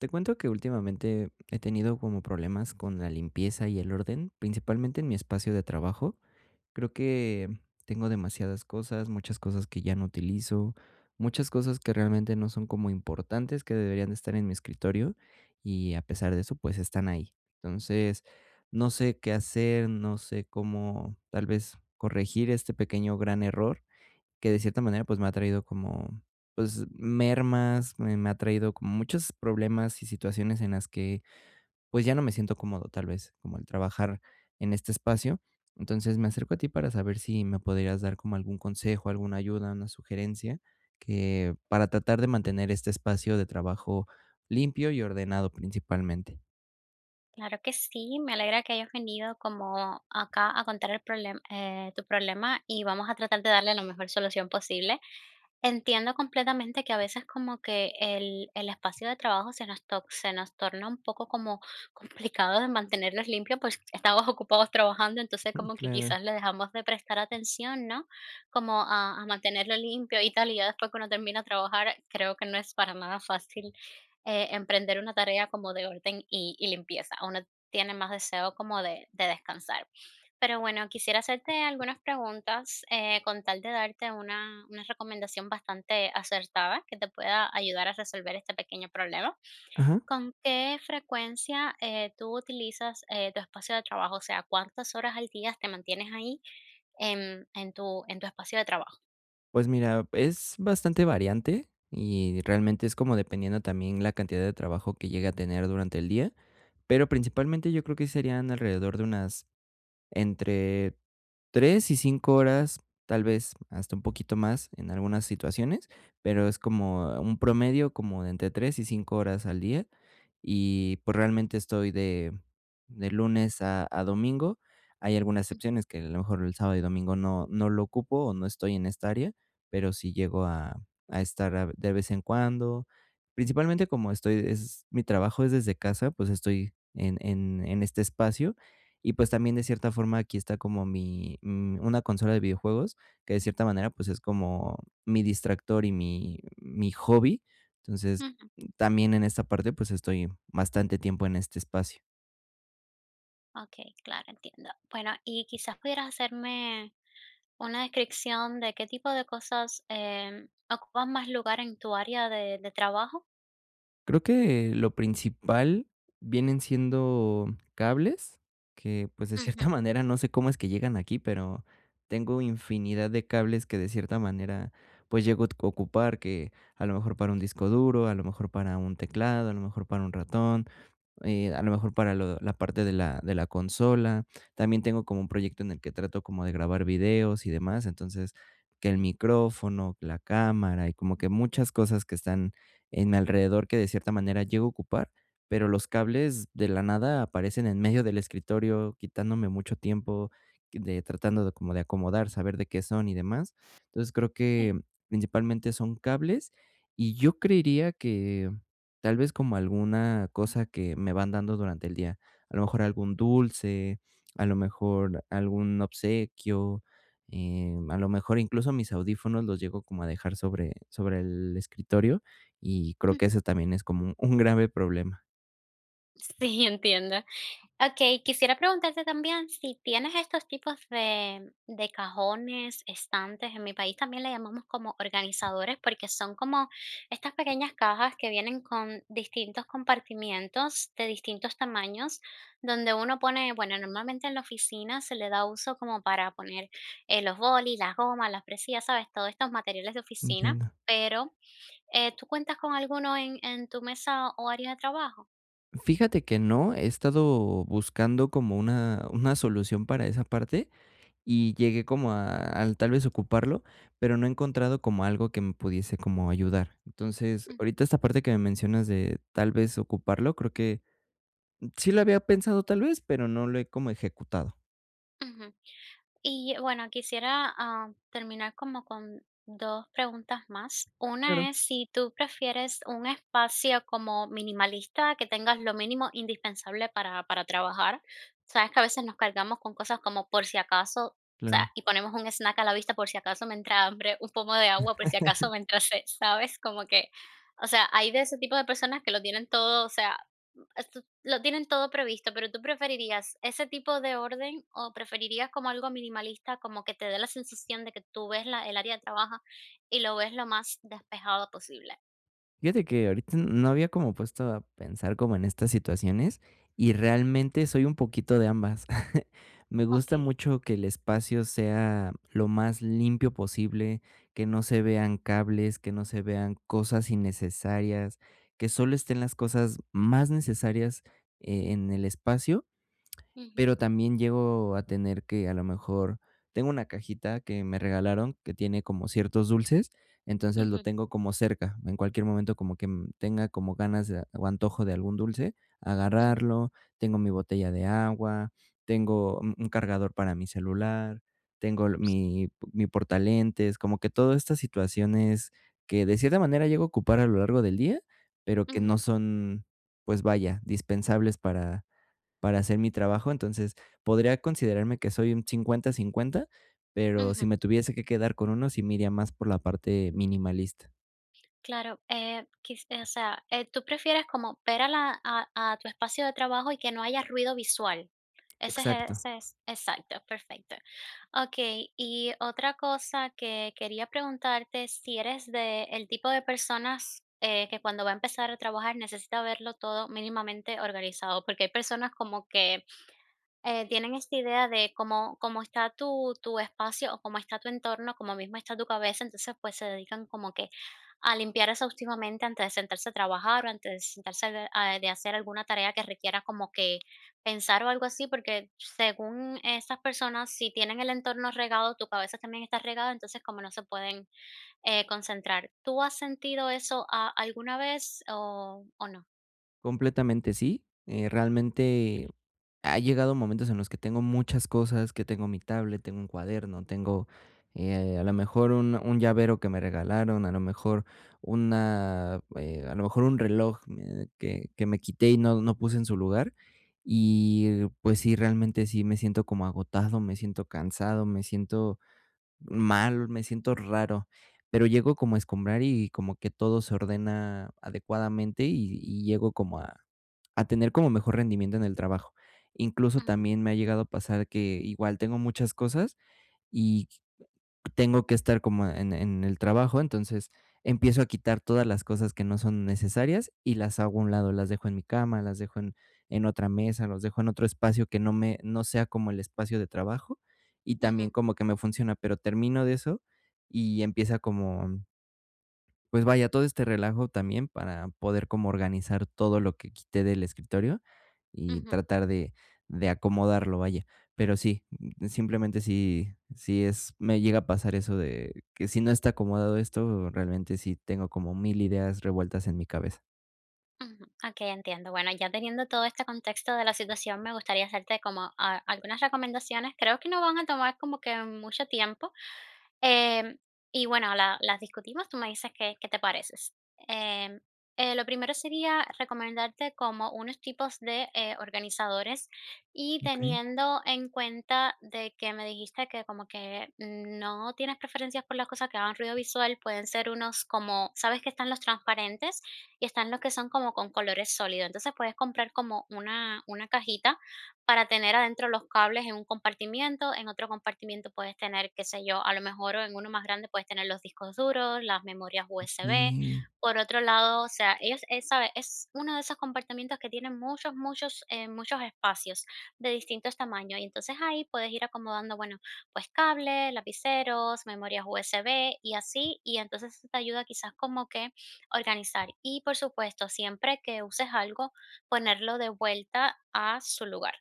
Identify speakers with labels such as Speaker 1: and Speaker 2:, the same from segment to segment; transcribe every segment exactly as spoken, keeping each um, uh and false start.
Speaker 1: Te cuento que últimamente he tenido como problemas con la limpieza y el orden, principalmente en mi espacio de trabajo. Creo que tengo demasiadas cosas, muchas cosas que ya no utilizo, muchas cosas que realmente no son como importantes, que deberían de estar en mi escritorio y a pesar de eso, pues están ahí. Entonces, no sé qué hacer, no sé cómo tal vez corregir este pequeño gran error que de cierta manera, pues, me ha traído como, pues, mermas, me me ha traído como muchos problemas y situaciones en las que, pues, ya no me siento cómodo, tal vez, como el trabajar en este espacio. Entonces, me acerco a ti para saber si me podrías dar como algún consejo, alguna ayuda, una sugerencia, que para tratar de mantener este espacio de trabajo limpio y ordenado principalmente.
Speaker 2: Claro que sí, me alegra que hayas venido como acá a contar el problema, tu problema y vamos a tratar de darle la mejor solución posible. Entiendo completamente que a veces como que el, el espacio de trabajo se nos, to- se nos torna un poco como complicado de mantenerlos limpios, pues estamos ocupados trabajando, entonces
Speaker 1: Mm,
Speaker 2: como que
Speaker 1: claro.
Speaker 2: quizás le dejamos de prestar atención, ¿no? Como a, a mantenerlo limpio y tal, y ya después cuando termina de trabajar, creo que no es para nada fácil eh, emprender una tarea como de orden y, y limpieza. Uno tiene más deseo como de de descansar. Pero bueno, quisiera hacerte algunas preguntas eh, con tal de darte una, una recomendación bastante acertada que te pueda ayudar a resolver este pequeño problema.
Speaker 1: Ajá.
Speaker 2: ¿Con qué frecuencia eh, tú utilizas eh, tu espacio de trabajo? O sea, ¿cuántas horas al día te mantienes ahí en, en tu, en tu espacio de trabajo?
Speaker 1: Pues mira, es bastante variante y realmente es como dependiendo también la cantidad de trabajo que llegue a tener durante el día, pero principalmente yo creo que serían alrededor de unas entre tres y cinco horas, tal vez hasta un poquito más en algunas situaciones, pero es como un promedio como de entre tres y cinco horas al día. Y pues realmente estoy de, de lunes a, a domingo. Hay algunas excepciones que a lo mejor el sábado y domingo no, no lo ocupo o no estoy en esta área, pero sí llego a, a estar a- de vez en cuando. Principalmente como estoy, es, mi trabajo es desde casa, pues estoy en, en en este espacio y pues también de cierta forma aquí está como mi mm, una consola de videojuegos que de cierta manera, pues es como mi distractor y mi mi hobby. Entonces,
Speaker 2: Ujú.
Speaker 1: también en esta parte, pues estoy bastante tiempo en este espacio.
Speaker 2: Ok, claro, entiendo. Bueno, y quizás pudieras hacerme una descripción de qué tipo de cosas em, ocupan más lugar en tu área de, de trabajo.
Speaker 1: Creo que lo principal vienen siendo cables, que pues de
Speaker 2: Ujú,
Speaker 1: cierta manera no sé cómo es que llegan aquí, pero tengo infinidad de cables que de cierta manera, pues llego a ocupar, que a lo mejor para un disco duro, a lo mejor para un teclado, a lo mejor para un ratón. Eh, a lo mejor para lo la parte de la de la consola. También tengo como un proyecto en el que trato como de grabar videos y demás. Entonces, que el micrófono, la cámara y como que muchas cosas que están en mi alrededor que de cierta manera llego a ocupar, pero los cables de la nada aparecen en medio del escritorio, quitándome mucho tiempo de tratando de como de acomodar, saber de qué son y demás. Entonces, creo
Speaker 2: sí.
Speaker 1: que principalmente son cables y yo creería que tal vez como alguna cosa que me van dando durante el día. A lo mejor algún dulce, a lo mejor algún obsequio, eh, a lo mejor incluso mis audífonos los llego como a dejar sobre, sobre el escritorio y creo que eso también es como un, un grave problema.
Speaker 2: Sí, entiendo. Okey, quisiera preguntarte también si tienes estos tipos de de cajones, estantes, en mi país también le llamamos como organizadores, porque son como estas pequeñas cajas que vienen con distintos compartimientos de distintos tamaños, donde uno pone, bueno, normalmente en la oficina se le da uso como para poner, eh, los bolis, las gomas, las presillas, ¿sabes? Todos estos materiales de oficina,
Speaker 1: Entiendo.
Speaker 2: pero, eh, ¿tú cuentas con alguno en en tu mesa o área de trabajo?
Speaker 1: Fíjate que no, he estado buscando como una, una solución para esa parte, y llegué como a al tal vez ocuparlo, pero no he encontrado como algo que me pudiese como ayudar. Entonces,
Speaker 2: Ujú,
Speaker 1: ahorita esta parte que me mencionas de tal vez ocuparlo, creo que sí lo había pensado tal vez, pero no lo he como ejecutado.
Speaker 2: ujú. Y bueno, quisiera ah, terminar como con dos preguntas más.
Speaker 1: Claro.
Speaker 2: Una es si tú prefieres un espacio como minimalista, que tengas lo mínimo indispensable para, para trabajar. Sabes que a veces nos cargamos con cosas como por si acaso, o sea,
Speaker 1: Claro.
Speaker 2: y ponemos un snack a la vista por si acaso me entra hambre, un pomo de agua por si acaso me entra sed, ¿sabes? Como que, o sea, hay de ese tipo de personas que lo tienen todo, o sea, lo tienen todo previsto, pero ¿tú preferirías ese tipo de orden o preferirías como algo minimalista, como que te dé la sensación de que tú ves la, el área de trabajo y lo ves lo más despejado posible?
Speaker 1: Fíjate que ahorita no había como puesto a pensar como en estas situaciones y
Speaker 2: Ujú.
Speaker 1: realmente soy un poquito de ambas. Me gusta
Speaker 2: Okey.
Speaker 1: mucho que el espacio sea lo más limpio posible, que no se vean cables, que no se vean cosas innecesarias, que solo estén las cosas más necesarias eh, en el espacio,
Speaker 2: Ujú,
Speaker 1: pero también llego a tener que, a lo mejor tengo una cajita que me regalaron que tiene como ciertos dulces, entonces lo
Speaker 2: ujú,
Speaker 1: tengo como cerca, en cualquier momento como que, mm, tenga como ganas de o antojo de algún dulce,
Speaker 2: ujú,
Speaker 1: agarrarlo, tengo mi botella de agua, tengo un un cargador para mi celular, tengo l
Speaker 2: sí,
Speaker 1: mi mi portalentes, como que todas estas situaciones que de cierta manera llego a ocupar a lo largo del día, pero que no
Speaker 2: ujú,
Speaker 1: son, pues vaya, dispensables para para hacer mi trabajo. Entonces, podría considerarme que soy un cincuenta-cincuenta, pero si
Speaker 2: ujú.
Speaker 1: me tuviese que quedar con uno, sí me iría más por la parte minimalista.
Speaker 2: Claro, eh, quiz o sea, eh, tú prefieres como ver a la a a tu espacio de trabajo y que no haya ruido visual. Ese es
Speaker 1: Exacto,
Speaker 2: ese es exacto, perfecto. Okey, y otra cosa que quería preguntarte, si eres de el tipo de personas, eh, que cuando va a empezar a trabajar necesita verlo todo mínimamente organizado, porque hay personas como que eh, tienen esta idea de cómo cómo está tu tu espacio o cómo está tu entorno, cómo mismo está tu cabeza, entonces, pues, se dedican como que a limpiar exhaustivamente antes de sentarse a trabajar o antes de sentarse de a de hacer alguna tarea que requiera como que pensar o algo así, porque según esas personas, si tienen el entorno regado, tu cabeza también está regada, entonces, como no se pueden, eh, concentrar. ¿Tú has sentido eso a alguna vez o o no?
Speaker 1: completamente sí. Eh, realmente ha llegado momentos en los que tengo muchas cosas, que tengo mi tablet, tengo un cuaderno, tengo, eh, a lo mejor un un llavero que me regalaron, a lo mejor una, eh, a lo mejor un reloj, eh, que que me quité y no no puse en su lugar. Y, pues sí, realmente sí me siento como agotado, me siento cansado, me siento, mal, me siento raro, pero llego como a escombrar y como que todo se ordena adecuadamente y y llego como a a tener como mejor rendimiento en el trabajo. Incluso
Speaker 2: Ujú,
Speaker 1: también me ha llegado a pasar que igual tengo muchas cosas y tengo que estar como en en el trabajo, entonces empiezo a quitar todas las cosas que no son necesarias y las hago a un lado, las dejo en mi cama, las dejo en en otra mesa, los dejo en otro espacio que no me no sea como el espacio de trabajo y también
Speaker 2: ujú,
Speaker 1: como que me funciona, pero termino de eso y empieza como pues vaya, todo este relajo también para poder como organizar todo lo que quité del escritorio y
Speaker 2: ujú.
Speaker 1: tratar de de acomodarlo, vaya. Pero sí, mm, simplemente sí sí es me llega a pasar eso de que si no está acomodado esto, realmente sí tengo como mil ideas revueltas en mi cabeza.
Speaker 2: Ujú, okey, entiendo. Bueno, ya teniendo todo este contexto de la situación, me gustaría hacerte como a algunas recomendaciones. Creo que no van a tomar como que mucho tiempo. Em, y bueno, la- las discutimos, tú me dices qué, qué te pareces. Em, eh, lo primero sería recomendarte como unos tipos de eh, organizadores y
Speaker 1: Okey,
Speaker 2: teniendo en cuenta de que me dijiste que como que no tienes preferencias por las cosas que hagan ruido visual, pueden ser unos como, sabes que están los transparentes y están los que son como con colores sólidos, entonces puedes comprar como una, una cajita para tener adentro los cables en un compartimiento, en otro compartimiento puedes tener, qué sé yo, a lo mejor o en uno más grande puedes tener los discos duros, las memorias U S B.
Speaker 1: okey.
Speaker 2: Por otro lado, o sea, ellos, eh, sabe, es uno de esos compartimientos que tienen muchos, muchos, eh, muchos espacios de distintos tamaños. Y entonces ahí puedes ir acomodando, bueno, pues cables, lapiceros, memorias U S B y así. Y entonces eso te ayuda quizás como que organizar. Y por supuesto, siempre que uses algo, ponerlo de vuelta a su lugar.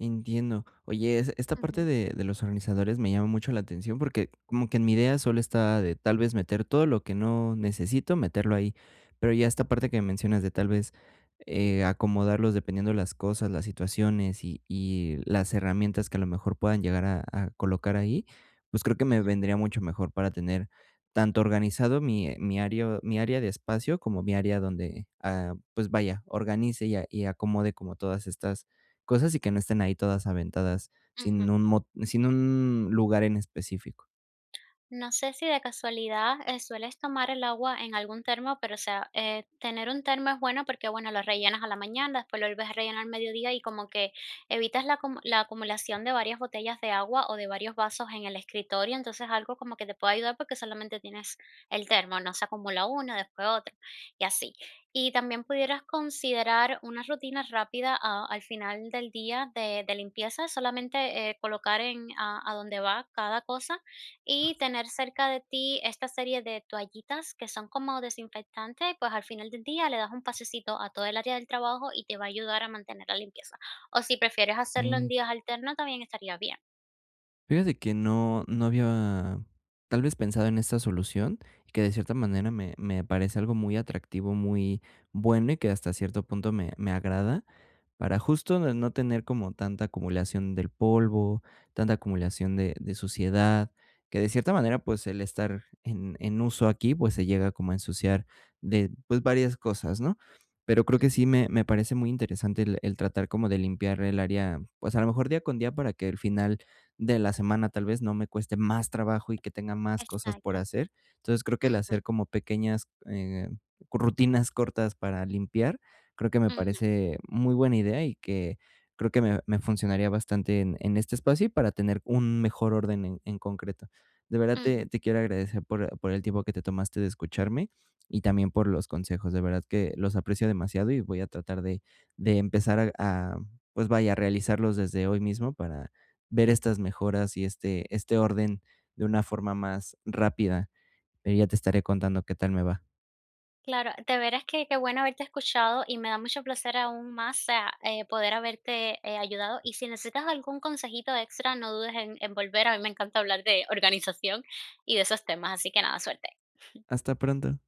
Speaker 1: Entiendo. Oye, es esta parte
Speaker 2: Ujú,
Speaker 1: de de los organizadores me llama mucho la atención porque como que en mi idea solo está de tal vez meter todo lo que no necesito, meterlo ahí. Pero ya esta parte que mencionas de tal vez, eh, acomodarlos dependiendo de las cosas, las situaciones y y las herramientas que a lo mejor puedan llegar a a colocar ahí, pues creo que me
Speaker 2: ujú,
Speaker 1: vendría mucho mejor para tener tanto organizado mi eh, mi área mi área de espacio como mi área donde, ah, pues vaya, organice y a y acomode como todas estas cosas y que no estén ahí todas aventadas sin
Speaker 2: ujú.
Speaker 1: un mo sin un lugar en específico.
Speaker 2: No sé si de casualidad, eh, sueles tomar el agua en algún termo, pero, o sea, eh, tener un termo es bueno porque, bueno, lo rellenas a la mañana, después lo vuelves a rellenar al mediodía y como que evitas la acumu la acumulación de varias botellas de agua o de varios vasos en el escritorio, entonces algo como que te puede ayudar porque solamente tienes el termo, no se acumula una, después otra, y así. Y también pudieras considerar una rutina rápida a al final del día de de limpieza, solamente, eh, colocar en a a donde va cada cosa y tener cerca de ti esta serie de toallitas que son como desinfectantes, pues al final del día le das un pasecito a todo el área del trabajo y te va a ayudar a mantener la limpieza. O si prefieres hacerlo
Speaker 1: Mm,
Speaker 2: en días alternos, también estaría bien.
Speaker 1: fíjate que no no había tal vez pensado en esta solución y que de cierta manera me me parece algo muy atractivo, muy bueno y que hasta cierto punto me me agrada. Para justo no no tener como tanta acumulación del polvo, tanta acumulación de de suciedad, que de cierta manera, pues, el estar en en uso aquí, pues, se llega como a ensuciar de, pues, varias cosas, ¿no? Pero creo
Speaker 2: Ujú.
Speaker 1: que sí me me parece muy interesante el el tratar como de limpiar el área, pues, a lo mejor día con día para que al final de la semana, tal vez, no me cueste más trabajo y que tenga más cosas por
Speaker 2: Exacto.
Speaker 1: hacer. Entonces, creo que el
Speaker 2: Ujú,
Speaker 1: hacer como pequeñas, eh, rutinas cortas para limpiar, creo que me
Speaker 2: ujú,
Speaker 1: parece muy buena idea y que creo que me me funcionaría bastante en en este espacio y para tener un mejor orden en en concreto. De verdad
Speaker 2: ujú.
Speaker 1: te te quiero agradecer por por el tiempo que te tomaste de escucharme y también por los consejos. De verdad que los aprecio demasiado y voy a tratar de de empezar a a, pues vaya, a realizarlos desde hoy mismo para ver estas mejoras y este este orden de una forma más rápida. Pero ya te estaré contando qué tal me va.
Speaker 2: Claro, de veras que qué bueno haberte escuchado y me da mucho placer aún más ah, eh, poder haberte eh, ayudado. Y si necesitas algún consejito extra, no dudes en, en volver. A mí me encanta hablar de organización y de esos temas, así que nada, suerte.
Speaker 1: Hasta pronto.